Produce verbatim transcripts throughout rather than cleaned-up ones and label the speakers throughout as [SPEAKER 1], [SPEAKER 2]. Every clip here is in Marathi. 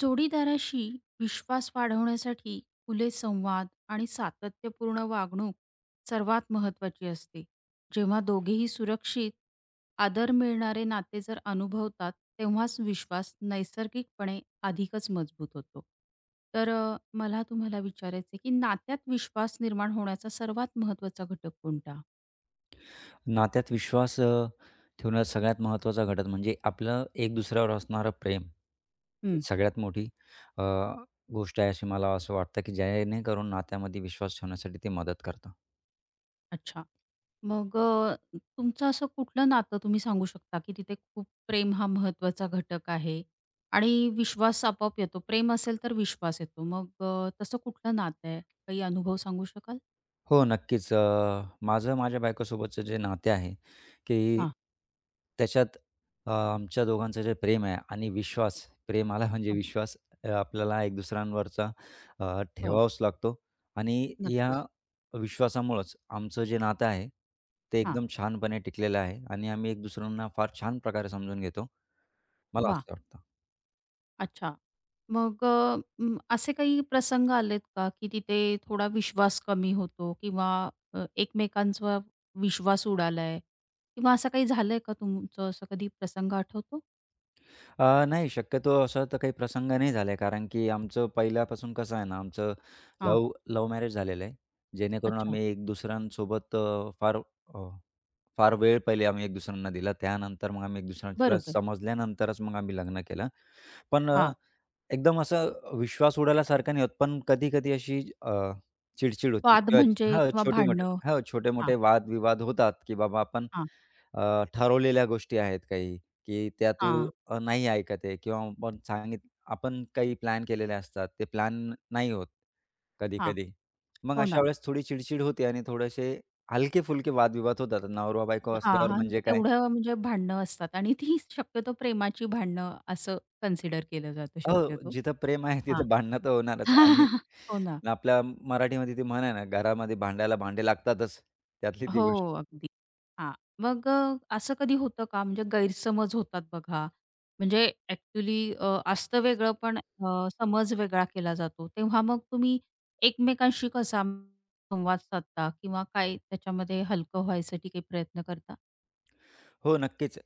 [SPEAKER 1] जोडीदाराशी विश्वास वाढवण्यासाठी खुले संवाद आणि सातत्यपूर्ण वागणूक सर्वात महत्त्वाची असते. जेव्हा दोघेही सुरक्षित, आदर मिळणारे नाते जर अनुभवतात, तेव्हाच विश्वास नैसर्गिकपणे अधिकच मजबूत होतो. तर अ, मला तुम्हाला विचारायचं की नात्यात विश्वास निर्माण होण्याचा सर्वात महत्त्वाचा घटक कोणता?
[SPEAKER 2] नात्यात विश्वास अ, ठेवण्यात सगळ्यात महत्त्वाचा घटक म्हणजे आपलं एक दुसऱ्यावर असणारं प्रेम. ही
[SPEAKER 1] हं,
[SPEAKER 2] सगळ्यात मोठी अ, गोष्ट आहे अशी मला असं वाटतं, की जेणेकरून नात्यामध्ये विश्वास ठेवण्यासाठी ते मदत करतं.
[SPEAKER 1] अच्छा. मग अ, तुमचं असं कुठलं नातं तुम्ही सांगू शकता, की तिथे खूप प्रेम हा महत्त्वाचा घटक आहे आणि विश्वास आपोआप येतो. प्रेम असेल तर विश्वास येतो. मग अ, तसं कुठलं नातं आहे? काही अनुभव सांगू शकाल?
[SPEAKER 2] हो, नक्कीच. अ, माझं माझ्या बायकोसोबतचं जे नाते आहे, की
[SPEAKER 1] हां.
[SPEAKER 2] त्याच्यात अ, आमच्या दोघांचं जे प्रेम आहे आणि विश्वास, प्रेमाला म्हणजे
[SPEAKER 1] हो,
[SPEAKER 2] विश्वास अ, आपल्याला एक दुसऱ्यांवरचा अ,
[SPEAKER 1] हो.
[SPEAKER 2] ठेवावाच लागतो आणि या
[SPEAKER 1] नक्कीच.
[SPEAKER 2] विश्वासामुळंच आमचं जे नातं आहे, ते
[SPEAKER 1] हां.
[SPEAKER 2] एकदम छानपणे टिकलेलं आहे आणि आम्ही एक दुसऱ्यांना फार छान प्रकारे समजून घेतो, मला
[SPEAKER 1] वाह!
[SPEAKER 2] असं वाटतं.
[SPEAKER 1] अच्छा. मग अ, अं, असे काही प्रसंग आलेत का, की तिथे थोडा विश्वास कमी होतो किंवा अ, एकमेकांचा विश्वास उडालाय किंवा असं काही झालंय का तुमचं असं कधी प्रसंग आठवतो?
[SPEAKER 2] अ, नाही शक्यतो असा तर काही प्रसंग नाही झालाय, कारण की आमचं पहिल्यापासून कसं आहे ना, आमचं
[SPEAKER 1] हां.
[SPEAKER 2] लव्ह लव्ह मॅरेज झालेलं आहे. जेणेकरून
[SPEAKER 1] अच्छा.
[SPEAKER 2] आम्ही एक दुसऱ्यांसोबत अ, फार अ, फार वेळ पहिले आम्ही एक दुसऱ्यांना दिला. त्यानंतर मग आम्ही एक दुसऱ्याला
[SPEAKER 1] बरोबर.
[SPEAKER 2] समजल्यानंतरच मग आम्ही लग्न केलं. पण अ,
[SPEAKER 1] हां,
[SPEAKER 2] एकदम असा विश्वास उडाल्यासारखा नाही होत, पण कधी-कधी अशी अ, चिडचिड होती
[SPEAKER 1] वाद
[SPEAKER 2] किंवा
[SPEAKER 1] म्हणजे
[SPEAKER 2] हां,
[SPEAKER 1] किंवा
[SPEAKER 2] छोटे-मोठे
[SPEAKER 1] भांडणं.
[SPEAKER 2] हां,
[SPEAKER 1] हां,
[SPEAKER 2] छोटे-मोठे वाद होतात, की बाबा आपण
[SPEAKER 1] हां,
[SPEAKER 2] अ, ठरवलेल्या गोष्टी आहेत काही, की त्या तू
[SPEAKER 1] हां,
[SPEAKER 2] अ, नाही ऐकत आहे किंवा आपण सांगित आपण काही प्लॅन केलेले असतात. ते प्लॅन नाही होत
[SPEAKER 1] हां.
[SPEAKER 2] कधी-कधी. मग
[SPEAKER 1] हो
[SPEAKER 2] अशा
[SPEAKER 1] ना.
[SPEAKER 2] वेळेस थोडी चिडचिड होते आणि थोडेसे हलके-फुलके वादविवाद होतात. नवरा-बायको
[SPEAKER 1] हां,
[SPEAKER 2] असल्यावर
[SPEAKER 1] हां.
[SPEAKER 2] म्हणजे काय
[SPEAKER 1] तेवढं म्हणजे भांडणं असतात आणि ती शक्यतो प्रेमाची भांडणं असं कन्सिडर केलं जातं
[SPEAKER 2] हो,
[SPEAKER 1] शक्यतो.
[SPEAKER 2] जिथं प्रेम आहे
[SPEAKER 1] हां.
[SPEAKER 2] तिथं भांडणं तर होणारच आणि
[SPEAKER 1] हो ना.
[SPEAKER 2] आपल्या मराठीमध्ये ती म्हण आहे ना, घरामध्ये भांड्याला भांडे लागतातच. त्यातली ती गोष्ट.
[SPEAKER 1] हो, अगदी. हां. मग अ, असं कधी होतं का म्हणजे गैरसमज होतात बघा. म्हणजे ॲक्चुअली अ, असतं वेगळं पण अ, समज वेगळा केला जातो. तेव्हा मग तुम्ही एकमेकांशी कसा संवाद साधता किंवा काय त्याच्यामध्ये हलकं व्हायसाठी काही प्रयत्न करता?
[SPEAKER 2] हो, नक्कीच. अ,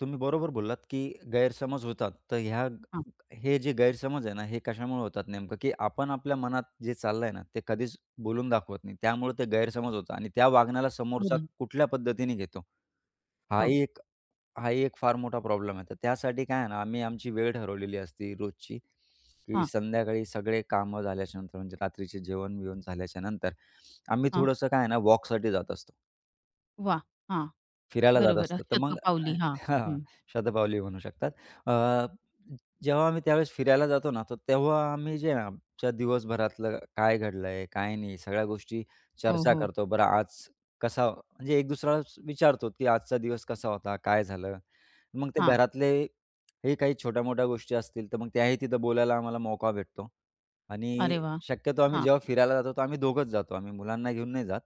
[SPEAKER 2] तुम्ही बरोबर बोललात, की गैरसमज होतात. तर ह्या
[SPEAKER 1] हां.
[SPEAKER 2] ग- हे जे गैरसमज आहे ना, हे कशामुळे होतात नेमकं, की आपण आपल्या मनात जे चाललंय ना, ते कधीच बोलून दाखवत नाही. त्यामुळे ते गैरसमज होतात आणि त्या वागण्याला
[SPEAKER 1] हो
[SPEAKER 2] समोरचा
[SPEAKER 1] ना.
[SPEAKER 2] कुठल्या पद्धतीने घेतो,
[SPEAKER 1] हो.
[SPEAKER 2] हाही एक हाही एक फार मोठा प्रॉब्लेम आहे. तर त्यासाठी काय आहे ना, आम्ही आमची वेळ ठरवलेली असते रोजची, की
[SPEAKER 1] हां,
[SPEAKER 2] संध्याकाळी सगळे कामं झाल्याच्यानंतर म्हणजे रात्रीचे जेवण-बिवण झाल्याच्यानंतर आम्ही
[SPEAKER 1] हां.
[SPEAKER 2] थोडंसं काय आहे ना, वॉकसाठी जात असतो.
[SPEAKER 1] वाह! हां.
[SPEAKER 2] फिरायला जात
[SPEAKER 1] बरोबर.
[SPEAKER 2] असतो. तर मग
[SPEAKER 1] शतपावली. हां.
[SPEAKER 2] हां,
[SPEAKER 1] हं.
[SPEAKER 2] शतपावली म्हणू शकतात. अ, जेव्हा आम्ही त्यावेळेस फिरायला जातो ना, तर तेव्हा आम्ही जे आमच्या दिवसभरातलं काय घडलंय, काय नाही, सगळ्या गोष्टी
[SPEAKER 1] हो,
[SPEAKER 2] चर्चा
[SPEAKER 1] हो.
[SPEAKER 2] करतो. बरं आज कसा म्हणजे एक दुसऱ्याला विचारतो, की आजचा दिवस कसा होता? काय झालं? मग ते
[SPEAKER 1] हां.
[SPEAKER 2] घरातले हे काही छोट्या-मोठ्या गोष्टी असतील, तर मग त्याही तिथं बोलायला आम्हाला मोका भेटतो. आणि
[SPEAKER 1] अरे वाह!
[SPEAKER 2] शक्यतो आम्ही
[SPEAKER 1] हां.
[SPEAKER 2] जेव्हा फिरायला जातो, तर आम्ही दोघंच जातो. आम्ही मुलांना घेऊन नाही जात.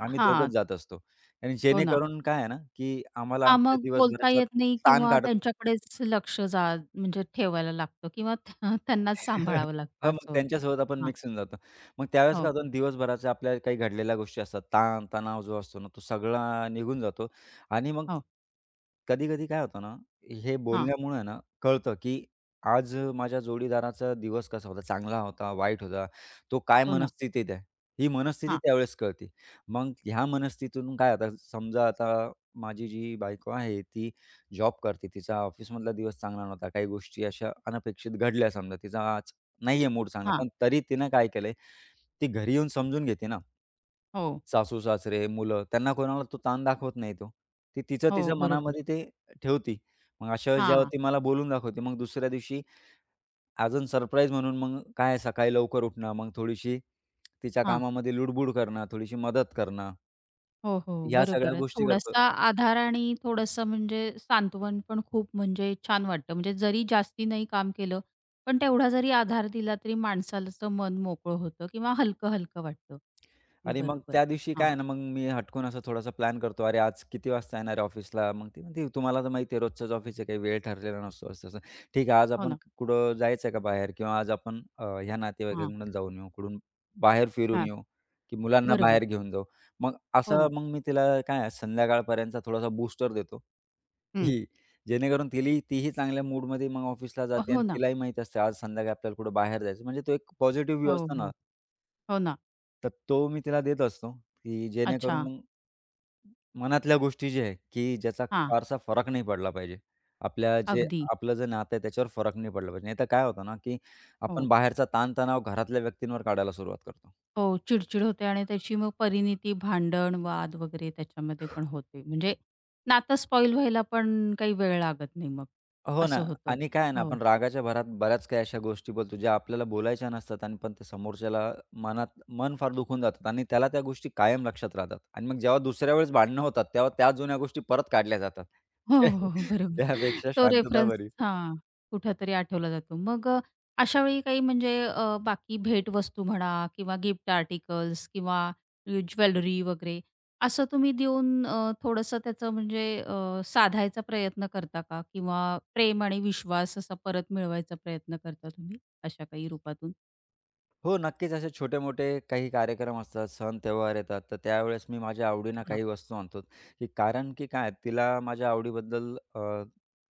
[SPEAKER 2] आम्ही दोघंच
[SPEAKER 1] हां.
[SPEAKER 2] जात असतो. आणि
[SPEAKER 1] हो ना.
[SPEAKER 2] जेणेकरून काय आहे ना, की आम्हाला
[SPEAKER 1] हां,
[SPEAKER 2] आमच्या
[SPEAKER 1] मग बोलता
[SPEAKER 2] दिवसभराचा
[SPEAKER 1] येत नाही
[SPEAKER 2] ताण
[SPEAKER 1] किंवा
[SPEAKER 2] काढत
[SPEAKER 1] त्यांच्याकडेच लक्ष जा म्हणजे ठेवायला लागतं किंवा त्या त्यांनाच सांभाळावं लागतं
[SPEAKER 2] हां, मग
[SPEAKER 1] असं होतं.
[SPEAKER 2] त्यांच्यासोबत आपण
[SPEAKER 1] हां,
[SPEAKER 2] मिक्स होऊन जातो. मग त्यावेळेस
[SPEAKER 1] हो,
[SPEAKER 2] काय होतं दिवसभराच्या आपल्या काही घडलेल्या गोष्टी असतात. ताण-तणाव जो असतो ना, तो सगळा निघून जातो आणि मग
[SPEAKER 1] हो,
[SPEAKER 2] कधी-कधी काय होतं ना, हे
[SPEAKER 1] हां,
[SPEAKER 2] बोलण्यामुळे आहे ना, कळतं की आज माझ्या जोडीदाराचा दिवस कसा होता, चांगला होता, वाईट होता, तो काय
[SPEAKER 1] हो ना.
[SPEAKER 2] मनस्थितीत आहे, ही मनस्थिती
[SPEAKER 1] हां,
[SPEAKER 2] त्यावेळेस कळते. मग ह्या मनस्थितीतून काय आता समजा आता माझी जी बायको आहे, ती जॉब करते. तिचा ऑफिसमधला दिवस चांगला नव्हता. काही गोष्टी अशा अनपेक्षित घडल्या समजा. तिचा नाहीये मूड चांगला.
[SPEAKER 1] हां,
[SPEAKER 2] पण तरी तिनं काय केलंय, ती घरी येऊन समजून घेते ना.
[SPEAKER 1] हो,
[SPEAKER 2] सासू-सासरे, मुलं त्यांना कोणाला तो ताण दाखवत नाही तो. ती तिचं तिच्या
[SPEAKER 1] हो, बरोबर.
[SPEAKER 2] मनामध्ये ते ठेवती. मग अशा वेळेस जेव्हा
[SPEAKER 1] हां,
[SPEAKER 2] ती मला बोलून दाखवते, मग दुसऱ्या दिवशी अजून सरप्राईज म्हणून मग काय सकाळी लवकर उठणं, मग थोडीशी तिच्या
[SPEAKER 1] हां,
[SPEAKER 2] कामामध्ये लुडबुड करणं, थोडीशी मदत करणं,
[SPEAKER 1] हो, हो,
[SPEAKER 2] ह्या सगळ्या
[SPEAKER 1] बरोबर आहे.
[SPEAKER 2] गोष्टी करतो.
[SPEAKER 1] थोडासा आधार आणि थोडंसं म्हणजे सांत्वन पण खूप म्हणजे छान वाटतं. म्हणजे जरी जास्ती नाही काम केलं, पण तेवढा जरी आधार दिला तरी माणसाचं मन मोकळं होतं किंवा हलकं-हलकं वाटतं.
[SPEAKER 2] आणि मग
[SPEAKER 1] बरोबर.
[SPEAKER 2] त्या दिवशी काय
[SPEAKER 1] हां,
[SPEAKER 2] आहे ना, मग मी हटकून असा थोडासा प्लॅन करतो, "अरे, आज किती वाजता येणार आहे ऑफिसला?" मग ती म्हणते, "तुम्हाला तर माहिती आहे रोजचंच ऑफिस आहे, काही वेळ ठरलेला नसतो." असं-तसं. "ठीक आहे, आज
[SPEAKER 1] हो
[SPEAKER 2] आपण
[SPEAKER 1] ना.
[SPEAKER 2] कुठं जायचं आहे का बाहेर? किंवा आज आपण अ, ह्या
[SPEAKER 1] हां,
[SPEAKER 2] नातेवाईकांकडून जाऊन येऊ, कुठून बाहेर फिरून
[SPEAKER 1] हां,
[SPEAKER 2] येऊ, की मुलांना
[SPEAKER 1] बरोबर.
[SPEAKER 2] बाहेर घेऊन जाऊ." मग
[SPEAKER 1] हो
[SPEAKER 2] असं
[SPEAKER 1] ना.
[SPEAKER 2] मग मी तिला काय आहे, संध्याकाळपर्यंतचा थोडासा बूस्टर देतो,
[SPEAKER 1] हं.
[SPEAKER 2] की जेणेकरून तिली तीही चांगल्या मूडमध्ये मग ऑफिसला जाते आणि
[SPEAKER 1] हो ना.
[SPEAKER 2] तिलाही माहीत असते, आज संध्याकाळी आपल्याला कुठं बाहेर जायचं. म्हणजे तो एक पॉझिटिव्ह
[SPEAKER 1] हो,
[SPEAKER 2] व्ह्यू असतो ना
[SPEAKER 1] हो. हो ना.
[SPEAKER 2] तर तो मी तिला देत असतो, की जेणेकरून
[SPEAKER 1] अच्छा.
[SPEAKER 2] मग मनातल्या गोष्टी जे आहे, की ज्याचा
[SPEAKER 1] हां.
[SPEAKER 2] फारसा फरक नाही पडला पाहिजे. आपल्या जे
[SPEAKER 1] अगदी.
[SPEAKER 2] आपलं जे नातं आहे त्याच्यावर फरक नाही पडला पाहिजे. नाहीतर काय होतं ना, की आपण
[SPEAKER 1] हो.
[SPEAKER 2] बाहेरचा ताणतणाव घरातल्या व्यक्तींवर काढायला सुरुवात करतो.
[SPEAKER 1] हो, चिडचिड होते आणि त्याची मग परिणीती भांडण, वाद वगैरे त्याच्यामध्ये पण होते. म्हणजे नातं स्पॉईल व्हायला पण काही वेळ लागत नाही मग.
[SPEAKER 2] हो ना.
[SPEAKER 1] असं होतं.
[SPEAKER 2] आणि काय आहे ना,
[SPEAKER 1] हो.
[SPEAKER 2] आपण रागाच्या भरात बऱ्याच काही अशा गोष्टी बोलतो, ज्या आपल्याला बोलायच्या नसतात आणि पण ते समोरच्याला मनात मन फार दुखून जातात आणि त्याला त्या गोष्टी कायम लक्षात राहतात. आणि मग जेव्हा दुसऱ्या वेळेस भांडणं होतात, तेव्हा त्या जुन्या गोष्टी परत काढल्या जातात.
[SPEAKER 1] हो, हो, हो. बरोबर.
[SPEAKER 2] त्यापेक्षा
[SPEAKER 1] तो
[SPEAKER 2] शांतता
[SPEAKER 1] रेफरन्स,
[SPEAKER 2] बरी.
[SPEAKER 1] हां, कुठेतरी आठवला जातो. मग अ, अशा वेळी काही म्हणजे अ, बाकी भेटवस्तू म्हणा किंवा गिफ्ट आर्टिकल्स किंवा अ, ज्वेलरी वगैरे असं तुम्ही देऊन अ, थोडंसं त्याचं म्हणजे अ, साधायचा प्रयत्न करता का? किंवा प्रेम आणि विश्वास असा परत मिळवायचा प्रयत्न करता तुम्ही अशा काही रूपातून?
[SPEAKER 2] हो, नक्कीच. असे छोटे-मोठे काही कार्यक्रम असतात, सण-त्योहार येतात, तर त्यावेळेस मी माझ्या आवडीनं
[SPEAKER 1] हां,
[SPEAKER 2] काही वस्तू आणतो, की कारण की काय तिला माझ्या आवडीबद्दल अ,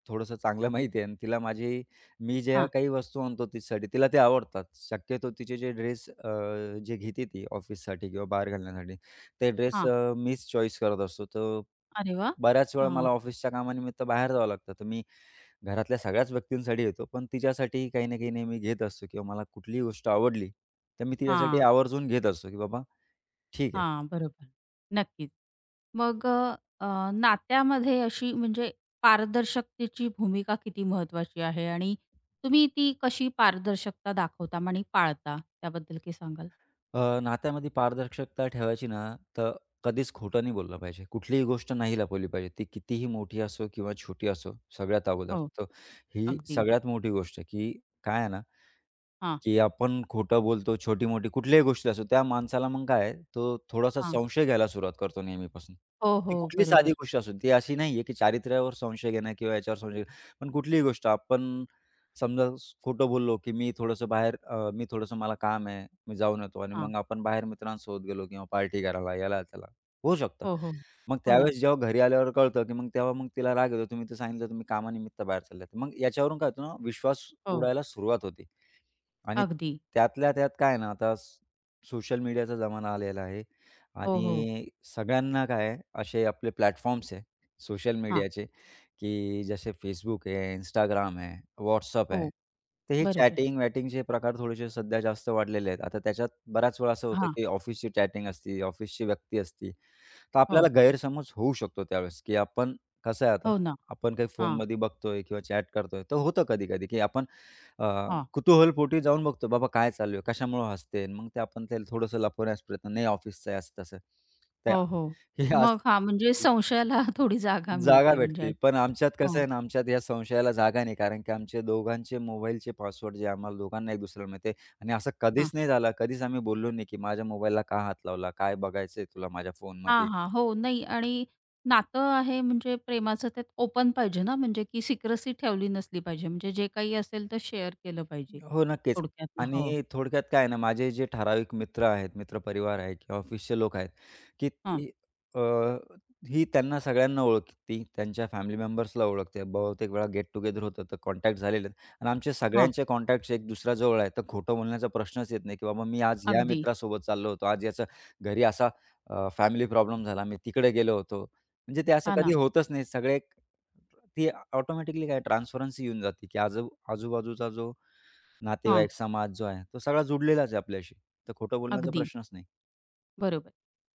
[SPEAKER 2] थोडंसं चांगलं माहिती आहे आणि तिला माझी मी ज्या
[SPEAKER 1] हां,
[SPEAKER 2] काही वस्तू आणतो तिच्यासाठी तिला ते आवडतात. शक्यतो तिचे जे ड्रेस जे घेते ती ऑफिससाठी किंवा बाहेर घालण्यासाठी, ते ड्रेस
[SPEAKER 1] हां.
[SPEAKER 2] मीच चॉईस करत असतो. तर
[SPEAKER 1] अरे वाह!
[SPEAKER 2] बऱ्याच वेळा
[SPEAKER 1] हां,
[SPEAKER 2] मला ऑफिसच्या कामानिमित्त बाहेर जावं लागतं. तर मी घरातल्या सगळ्याच व्यक्तींसाठी येतो, पण तिच्यासाठीही काही ना काही नेहमी घेत असतो किंवा मला कुठलीही गोष्ट आवडली, तर मी तिच्यासाठी
[SPEAKER 1] हां,
[SPEAKER 2] आवर्जून घेत असतो, की बाबा ठीक आहे.
[SPEAKER 1] हां. बरोबर. नक्कीच. मग अ, अ, नात्यामध्ये अशी म्हणजे पारदर्शकतेची भूमिका किती महत्वाची आहे आणि तुम्ही ती कशी पारदर्शकता दाखवता आणि पाळता त्याबद्दल काही सांगाल?
[SPEAKER 2] अ, नात्यामध्ये पारदर्शकता ठेवायची ना, तर कधीच खोटं नाही बोललं पाहिजे. कुठलीही गोष्ट नाही लपवली पाहिजे. ती कितीही मोठी असो किंवा छोटी असो, सगळ्यात अगोदर.
[SPEAKER 1] हो,
[SPEAKER 2] तर ही
[SPEAKER 1] अगदी.
[SPEAKER 2] सगळ्यात मोठी गोष्ट आहे, की काय आहे ना
[SPEAKER 1] हां,
[SPEAKER 2] की आपण खोटं बोलतो, छोटी-मोठी कुठल्याही गोष्टी असो, त्या माणसाला मग काय आहे, तो थोडासा
[SPEAKER 1] हां.
[SPEAKER 2] संशय घ्यायला सुरुवात करतो नेहमीपासून.
[SPEAKER 1] हो,
[SPEAKER 2] ती
[SPEAKER 1] हो.
[SPEAKER 2] कुठली साधी
[SPEAKER 1] बरोबर.
[SPEAKER 2] गोष्ट असो, ती अशी नाहीये की चारित्र्यावर संशय घेणं किंवा याच्यावर संशय घेणं. पण कुठलीही गोष्ट आपण समजा स- खोटं बोललो, की मी थोडंसं बाहेर अ, मी थोडंसं मला काम आहे, मी जाऊन येतो आणि
[SPEAKER 1] हां.
[SPEAKER 2] मग आपण बाहेर मित्रांसोबत गेलो किंवा पार्टी करायला, याला-त्याला होऊ शकतं.
[SPEAKER 1] हो, हो.
[SPEAKER 2] मग
[SPEAKER 1] हो ना.
[SPEAKER 2] त्यावेळेस जेव्हा घरी आल्यावर कळतं, की मग तेव्हा मग तिला राग येतो, तुम्ही तर सांगितलं तुम्ही कामानिमित्त बाहेर चालले आहेत. मग याच्यावरून काय होतं ना, विश्वास
[SPEAKER 1] हो.
[SPEAKER 2] उडायला सुरुवात होते. आणि
[SPEAKER 1] अगदी.
[SPEAKER 2] त्यातल्या त्यात काय आहे ना, आता सोशल मीडियाचा जमाना आलेला आहे
[SPEAKER 1] हो, हो.
[SPEAKER 2] आणि सगळ्यांना काय आहे, असे आपले प्लॅटफॉर्म्स आहे सोशल
[SPEAKER 1] हां.
[SPEAKER 2] मीडियाचे, की जसे Facebook आहे, Instagram आहे, WhatsApp आहे.
[SPEAKER 1] हो.
[SPEAKER 2] तर हे
[SPEAKER 1] बरोबर.
[SPEAKER 2] चॅटिंग-वॅटिंगचे प्रकार थोडेसे सध्या जास्त वाढलेले आहेत. आता त्याच्यात बऱ्याच वेळा असं होतं,
[SPEAKER 1] हां.
[SPEAKER 2] की ऑफिसची चॅटिंग असती, ऑफिसची व्यक्ती असती. तर आपल्याला
[SPEAKER 1] हो.
[SPEAKER 2] गैरसमज होऊ शकतो त्यावेळेस, की आपण कसं आहे आता,
[SPEAKER 1] हो ना.
[SPEAKER 2] आपण काही
[SPEAKER 1] हां.
[SPEAKER 2] फोनमध्ये बघतोय किंवा चॅट करतोय. तर होतं कधी-कधी, की आपण अ,
[SPEAKER 1] हां.
[SPEAKER 2] कुतूहलपोटी जाऊन बघतो, बाबा काय चालू आहे? कशामुळं हसते? आणि मग ते आपण त्याला थोडंसं लपवण्याचा प्रयत्न, नाही ऑफिसचं आहे असं-तसं. त्या
[SPEAKER 1] हो, हो.
[SPEAKER 2] हे
[SPEAKER 1] मग
[SPEAKER 2] असं
[SPEAKER 1] हां, म्हणजे संशयाला थोडी जागा
[SPEAKER 2] जागा
[SPEAKER 1] मिळते म्हणजे
[SPEAKER 2] भेटते. पण आमच्यात कसं
[SPEAKER 1] हो.
[SPEAKER 2] आहे ना, आमच्यात या संशयाला जागा नाही. कारण की आमचे दोघांचे मोबाईलचे पासवर्ड जे आम्हाला दोघांना एक दुसऱ्याला माहिती आहे आणि असं कधीच
[SPEAKER 1] हां.
[SPEAKER 2] नाही झालं, कधीच आम्ही बोललो नाही, की माझ्या मोबाईलला का हात लावला? काय बघायचंय तुला माझ्या
[SPEAKER 1] हां,
[SPEAKER 2] फोनमध्ये?
[SPEAKER 1] हां. हो, नाही आणि नातं आहे म्हणजे प्रेमाचं त्यात ओपन पाहिजे ना, म्हणजे की सिक्रेसी ठेवली नसली पाहिजे. म्हणजे जे काही असेल तर शेअर केलं पाहिजे
[SPEAKER 2] हो, नक्कीच.
[SPEAKER 1] थोडक्यात. हो.
[SPEAKER 2] आणि थोडक्यात काय आहे ना, माझे जे ठराविक मित्र आहेत, मित्रपरिवार आहे किंवा ऑफिसचे लोक आहेत, की
[SPEAKER 1] हां,
[SPEAKER 2] ती अ, ही त्यांना सगळ्यांना ओळखती, त्यांच्या फॅमिली मेंबर्सला ओळखते. बहुतेक वेळा गेट टुगेदर होतं, तर कॉन्टॅक्ट झालेले आहेत. आणि आमचे
[SPEAKER 1] हां.
[SPEAKER 2] सगळ्यांचे कॉन्टॅक्ट्स एक दुसऱ्याजवळ आहेत, तर खोटं बोलण्याचा प्रश्नच येत नाही, की बाबा मी आज या
[SPEAKER 1] अगदी.
[SPEAKER 2] मित्रासोबत चाललो होतो, आज याचा घरी असा फॅमिली प्रॉब्लेम झाला, मी तिकडे गेलो होतो. म्हणजे ते असं
[SPEAKER 1] हां
[SPEAKER 2] कधी
[SPEAKER 1] ना.
[SPEAKER 2] होतच नाही. सगळे एक- ती ऑटोमॅटिकली काय ट्रान्सफरन्सी येऊन जाते, की आजू आजूबाजूचा जो
[SPEAKER 1] हां,
[SPEAKER 2] नातेवाईक, समाज जो आहे, तो सगळा जुडलेलाच आहे आपल्याशी. तर खोटं बोलण्याचा
[SPEAKER 1] अगदी.
[SPEAKER 2] प्रश्नच नाही.
[SPEAKER 1] बरोबर.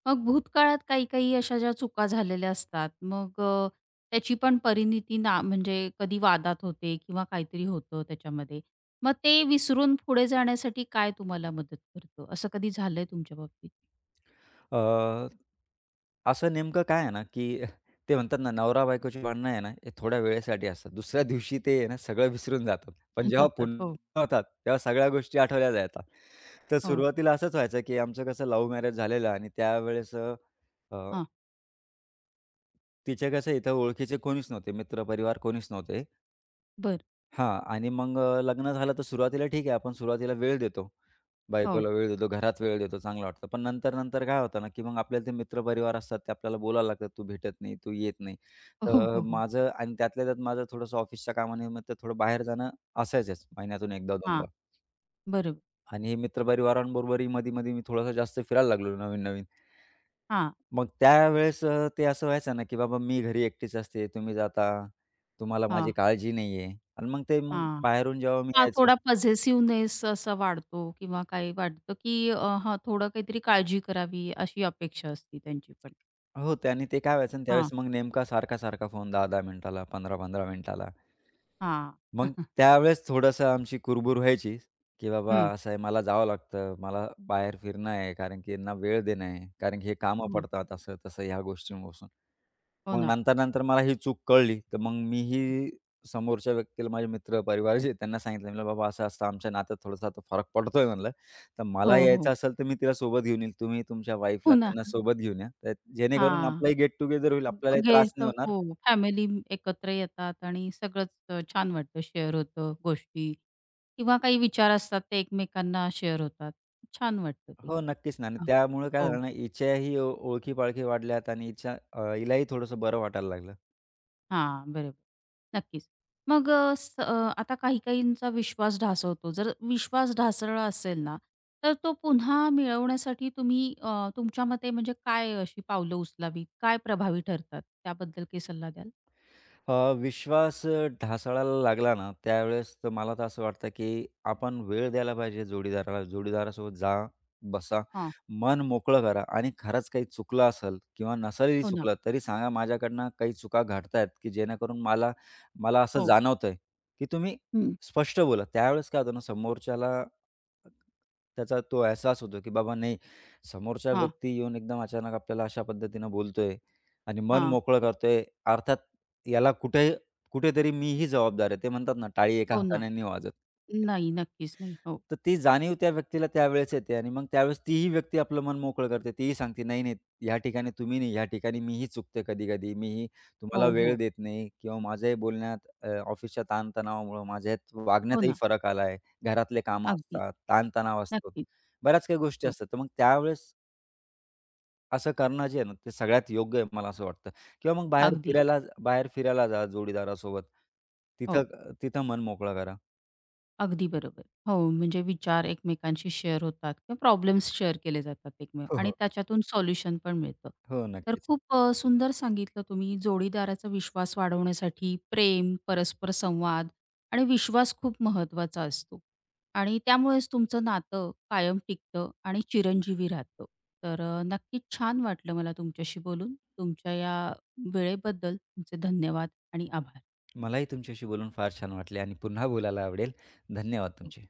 [SPEAKER 1] मग भूतकाळात काही-काही अशा ज्या चुका झालेल्या असतात, मग अ, त्याची पण परिणीती ना म्हणजे कधी वादात होते किंवा काहीतरी होतं त्याच्यामध्ये. मग ते विसरून पुढे जाण्यासाठी काय तुम्हाला मदत करतं? असं कधी झालंय तुमच्या बाबतीत?
[SPEAKER 2] अ, असं नेमकं काय आहे ना, की ते म्हणतात ना, नवरा-बायकोची भांडणं आहे ना, हे थोड्या वेळेसाठी असतात. दुसऱ्या दिवशी ते आहे ना, सगळं विसरून जातात. पण जेव्हा
[SPEAKER 1] जातात. हो,
[SPEAKER 2] पुन्हा होतात, तेव्हा सगळ्या गोष्टी आठवल्या जातात. तर
[SPEAKER 1] हो.
[SPEAKER 2] सुरुवातीला असंच व्हायचं, की आमचं कसं लव्ह मॅरेज झालेलं आणि त्यावेळेस अ,
[SPEAKER 1] हां.
[SPEAKER 2] तिचे कसं इथं ओळखीचे कोणीच नव्हते, मित्र परिवार कोणीच नव्हते.
[SPEAKER 1] बरं.
[SPEAKER 2] हां. आणि मग अ, लग्न झालं तर सुरुवातीला ठीक आहे, आपण सुरुवातीला वेळ देतो.
[SPEAKER 1] हो.
[SPEAKER 2] बायकोला वेळ देतो, घरात वेळ देतो, चांगलं वाटतं. पण नंतर-नंतर काय होतं ना, की मग आपल्याला ते मित्रपरिवार असतात, ते आपल्याला बोलायला लागतात, "तू भेटत नाही, तू येत नाही." हो.
[SPEAKER 1] हो,
[SPEAKER 2] तर
[SPEAKER 1] हो, हो.
[SPEAKER 2] माझं आणि त्यातल्या त्यात माझं थोडंसं ऑफिसच्या कामानिमित्त थोडं बाहेर जाणं असायचंच महिन्यातून
[SPEAKER 1] हां.
[SPEAKER 2] एकदा-दोनदा.
[SPEAKER 1] बरोबर.
[SPEAKER 2] आणि हे मित्रपरिवारांबरोबरही मधी-मधी मी थोडासा जास्त फिरायला लागलो नवीन-नवीन.
[SPEAKER 1] हां,
[SPEAKER 2] मग त्यावेळेस अ, ते असं व्हायचं ना, की बाबा मी घरी एकटीच असते, तुम्ही जाता, तुम्हाला
[SPEAKER 1] हां,
[SPEAKER 2] माझी काळजी नाहीये. आणि मग ते मग
[SPEAKER 1] हां.
[SPEAKER 2] बाहेरून जेव्हा मी
[SPEAKER 1] हां,
[SPEAKER 2] यायचो
[SPEAKER 1] थोडा पझेसिव्हनेस असा वाढतो किंवा काही वाटतं, की अ, हां, थोडं काहीतरी काळजी करावी अशी अपेक्षा असते त्यांची पण.
[SPEAKER 2] हो, त्यानी ते काय व्हायचं ना
[SPEAKER 1] हां,
[SPEAKER 2] त्यावेळेस मग नेमका सारखा-सारखा फोन दहा दहा मिनिटाला, पंधरा पंधरा मिनिटाला.
[SPEAKER 1] हां.
[SPEAKER 2] मग त्यावेळेस थोडंसं आमची कुरबुर व्हायची, की बाबा
[SPEAKER 1] हं.
[SPEAKER 2] असं आहे मला जावं लागतं, मला बाहेर फिरणं आहे, कारण की यांना वेळ देणं आहे, कारण की हे कामं
[SPEAKER 1] हो,
[SPEAKER 2] पडतात असं-तसं ह्या गोष्टींपासून.
[SPEAKER 1] हो
[SPEAKER 2] मग
[SPEAKER 1] ना.
[SPEAKER 2] नंतर-नंतर मला ही चूक कळली, तर मग मीही समोरच्या व्यक्तीला माझे मित्र, परिवार जे आहेत, त्यांना सांगितलं, म्हणलं, "बाबा असं-असं आमच्या नात्यात थोडासा आता फरक पडतोय," म्हणलं. "तर मला हं.
[SPEAKER 1] हो, हो.
[SPEAKER 2] यायचं असेल तर मी तिला सोबत घेऊन येईल. तुम्ही तुमच्या वाईफला
[SPEAKER 1] हो ना.
[SPEAKER 2] त्यांना सोबत घेऊन या. तर जेणेकरून
[SPEAKER 1] हां.
[SPEAKER 2] आपलाही गेट टुगेदर होईल, आपल्यालाही त्रास नाही
[SPEAKER 1] घेतो
[SPEAKER 2] होणार."
[SPEAKER 1] हो, फॅमिली एकत्र येतात आणि सगळंच अ, छान वाटतं. शेअर होतं गोष्टी किंवा काही विचार असतात ते एकमेकांना शेअर होतात. छान वाटतं ते.
[SPEAKER 2] हो, नक्कीच ना. आणि
[SPEAKER 1] हां.
[SPEAKER 2] त्यामुळे काय
[SPEAKER 1] हो.
[SPEAKER 2] झालं ना, हिच्याही ओ ओळखी-पाळखी वाढल्यात आणि हिच्या अ, हिलाही थोडंसं बरं वाटायला लागलं.
[SPEAKER 1] हां, बरोबर. नक्कीच. मग अ, स अ, आता काही-काहींचा विश्वास ढासळतो. जर विश्वास ढासळला असेल ना, तर तो पुन्हा मिळवण्यासाठी तुम्ही अ, तुमच्या मते म्हणजे काय अशी पावलं उचलावीत? काय प्रभावी ठरतात? त्याबद्दल काही सल्ला द्याल?
[SPEAKER 2] अ, विश्वास अ, ढासळायला लागला ना, त्यावेळेस तर मला तर असं वाटतं, की आपण वेळ द्यायला पाहिजे जोडीदाराला. जोडीदारासोबत जा, बसा,
[SPEAKER 1] हां.
[SPEAKER 2] मन मोकळं करा आणि खरंच काही चुकलं असेल किंवा नसेलही
[SPEAKER 1] हो ना.
[SPEAKER 2] चुकलं, तरी सांगा माझ्याकडनं काही चुका घडतायत, की जेणेकरून मला मला असं
[SPEAKER 1] हो.
[SPEAKER 2] जाणवतंय, की तुम्ही
[SPEAKER 1] हं.
[SPEAKER 2] स्पष्ट बोला. त्यावेळेस काय होतं ना, समोरच्याला त्याचा तो अहसास होतो, की बाबा नाही, समोरचा
[SPEAKER 1] हां,
[SPEAKER 2] व्यक्ती येऊन एकदम अचानक आपल्याला अशा पद्धतीनं बोलतोय. आणि मन
[SPEAKER 1] हां.
[SPEAKER 2] मोकळं करतोय. अर्थात याला कुठे कुठेतरी मीही जबाबदार आहे. ते म्हणतात ना, टाळी एका
[SPEAKER 1] हो ना.
[SPEAKER 2] हाताने नाही वाजत.
[SPEAKER 1] नाही, नक्कीच नाही. हो.
[SPEAKER 2] तर ती जाणीव त्या व्यक्तीला त्यावेळेस येते आणि मग त्यावेळेस तीही व्यक्ती आपलं मन मोकळं करते. तीही सांगते, "नाही, नाही, ह्या ठिकाणी तुम्ही नाही, ह्या ठिकाणी मीही चुकते कधी-कधी. मीही तुम्हाला
[SPEAKER 1] हो,
[SPEAKER 2] वेळ
[SPEAKER 1] हो.
[SPEAKER 2] देत नाही किंवा माझ्याही बोलण्यात अ, ऑफिसच्या ताणतणावामुळं माझ्यात
[SPEAKER 1] हो
[SPEAKER 2] वागण्यातही
[SPEAKER 1] ना.
[SPEAKER 2] फरक आला आहे. घरातले कामं
[SPEAKER 1] अगदी.
[SPEAKER 2] असतात, ताणतणाव असतो.
[SPEAKER 1] नक्कीच.
[SPEAKER 2] बऱ्याच काही गोष्टी
[SPEAKER 1] हो.
[SPEAKER 2] असतात. तर मग त्यावेळेस असं करणं जे आहे ना, ते सगळ्यात योग्य आहे मला असं वाटतं किंवा मग बाहेर
[SPEAKER 1] अगदी.
[SPEAKER 2] फिरायला बाहेर फिरायला जा जोडीदारासोबत.
[SPEAKER 1] हो.
[SPEAKER 2] तिथं तिथं मन मोकळं करा.
[SPEAKER 1] अगदी बरोबर. हो, म्हणजे विचार एकमेकांशी शेअर होतात किंवा प्रॉब्लेम्स शेअर केले जातात एकमेव
[SPEAKER 2] हो,
[SPEAKER 1] आणि
[SPEAKER 2] हो.
[SPEAKER 1] त्याच्यातून सोल्युशन पण मिळतं.
[SPEAKER 2] हो,
[SPEAKER 1] तर
[SPEAKER 2] नक्कीच.
[SPEAKER 1] खूप अ, सुंदर सांगितलं तुम्ही जोडीदाराचा विश्वास वाढवण्यासाठी प्रेम, परस्पर संवाद आणि विश्वास खूप महत्त्वाचा असतो आणि त्यामुळेच तुमचं नातं कायम टिकतं आणि चिरंजीवी राहतं. तर अ, नक्कीच छान वाटलं मला तुमच्याशी बोलून. तुमच्या या वेळेबद्दल तुमचे धन्यवाद आणि आभार.
[SPEAKER 2] मलाही तुमच्याशी बोलून फार छान वाटले आणि पुन्हा बोलायला आवडेल. धन्यवाद तुमचे.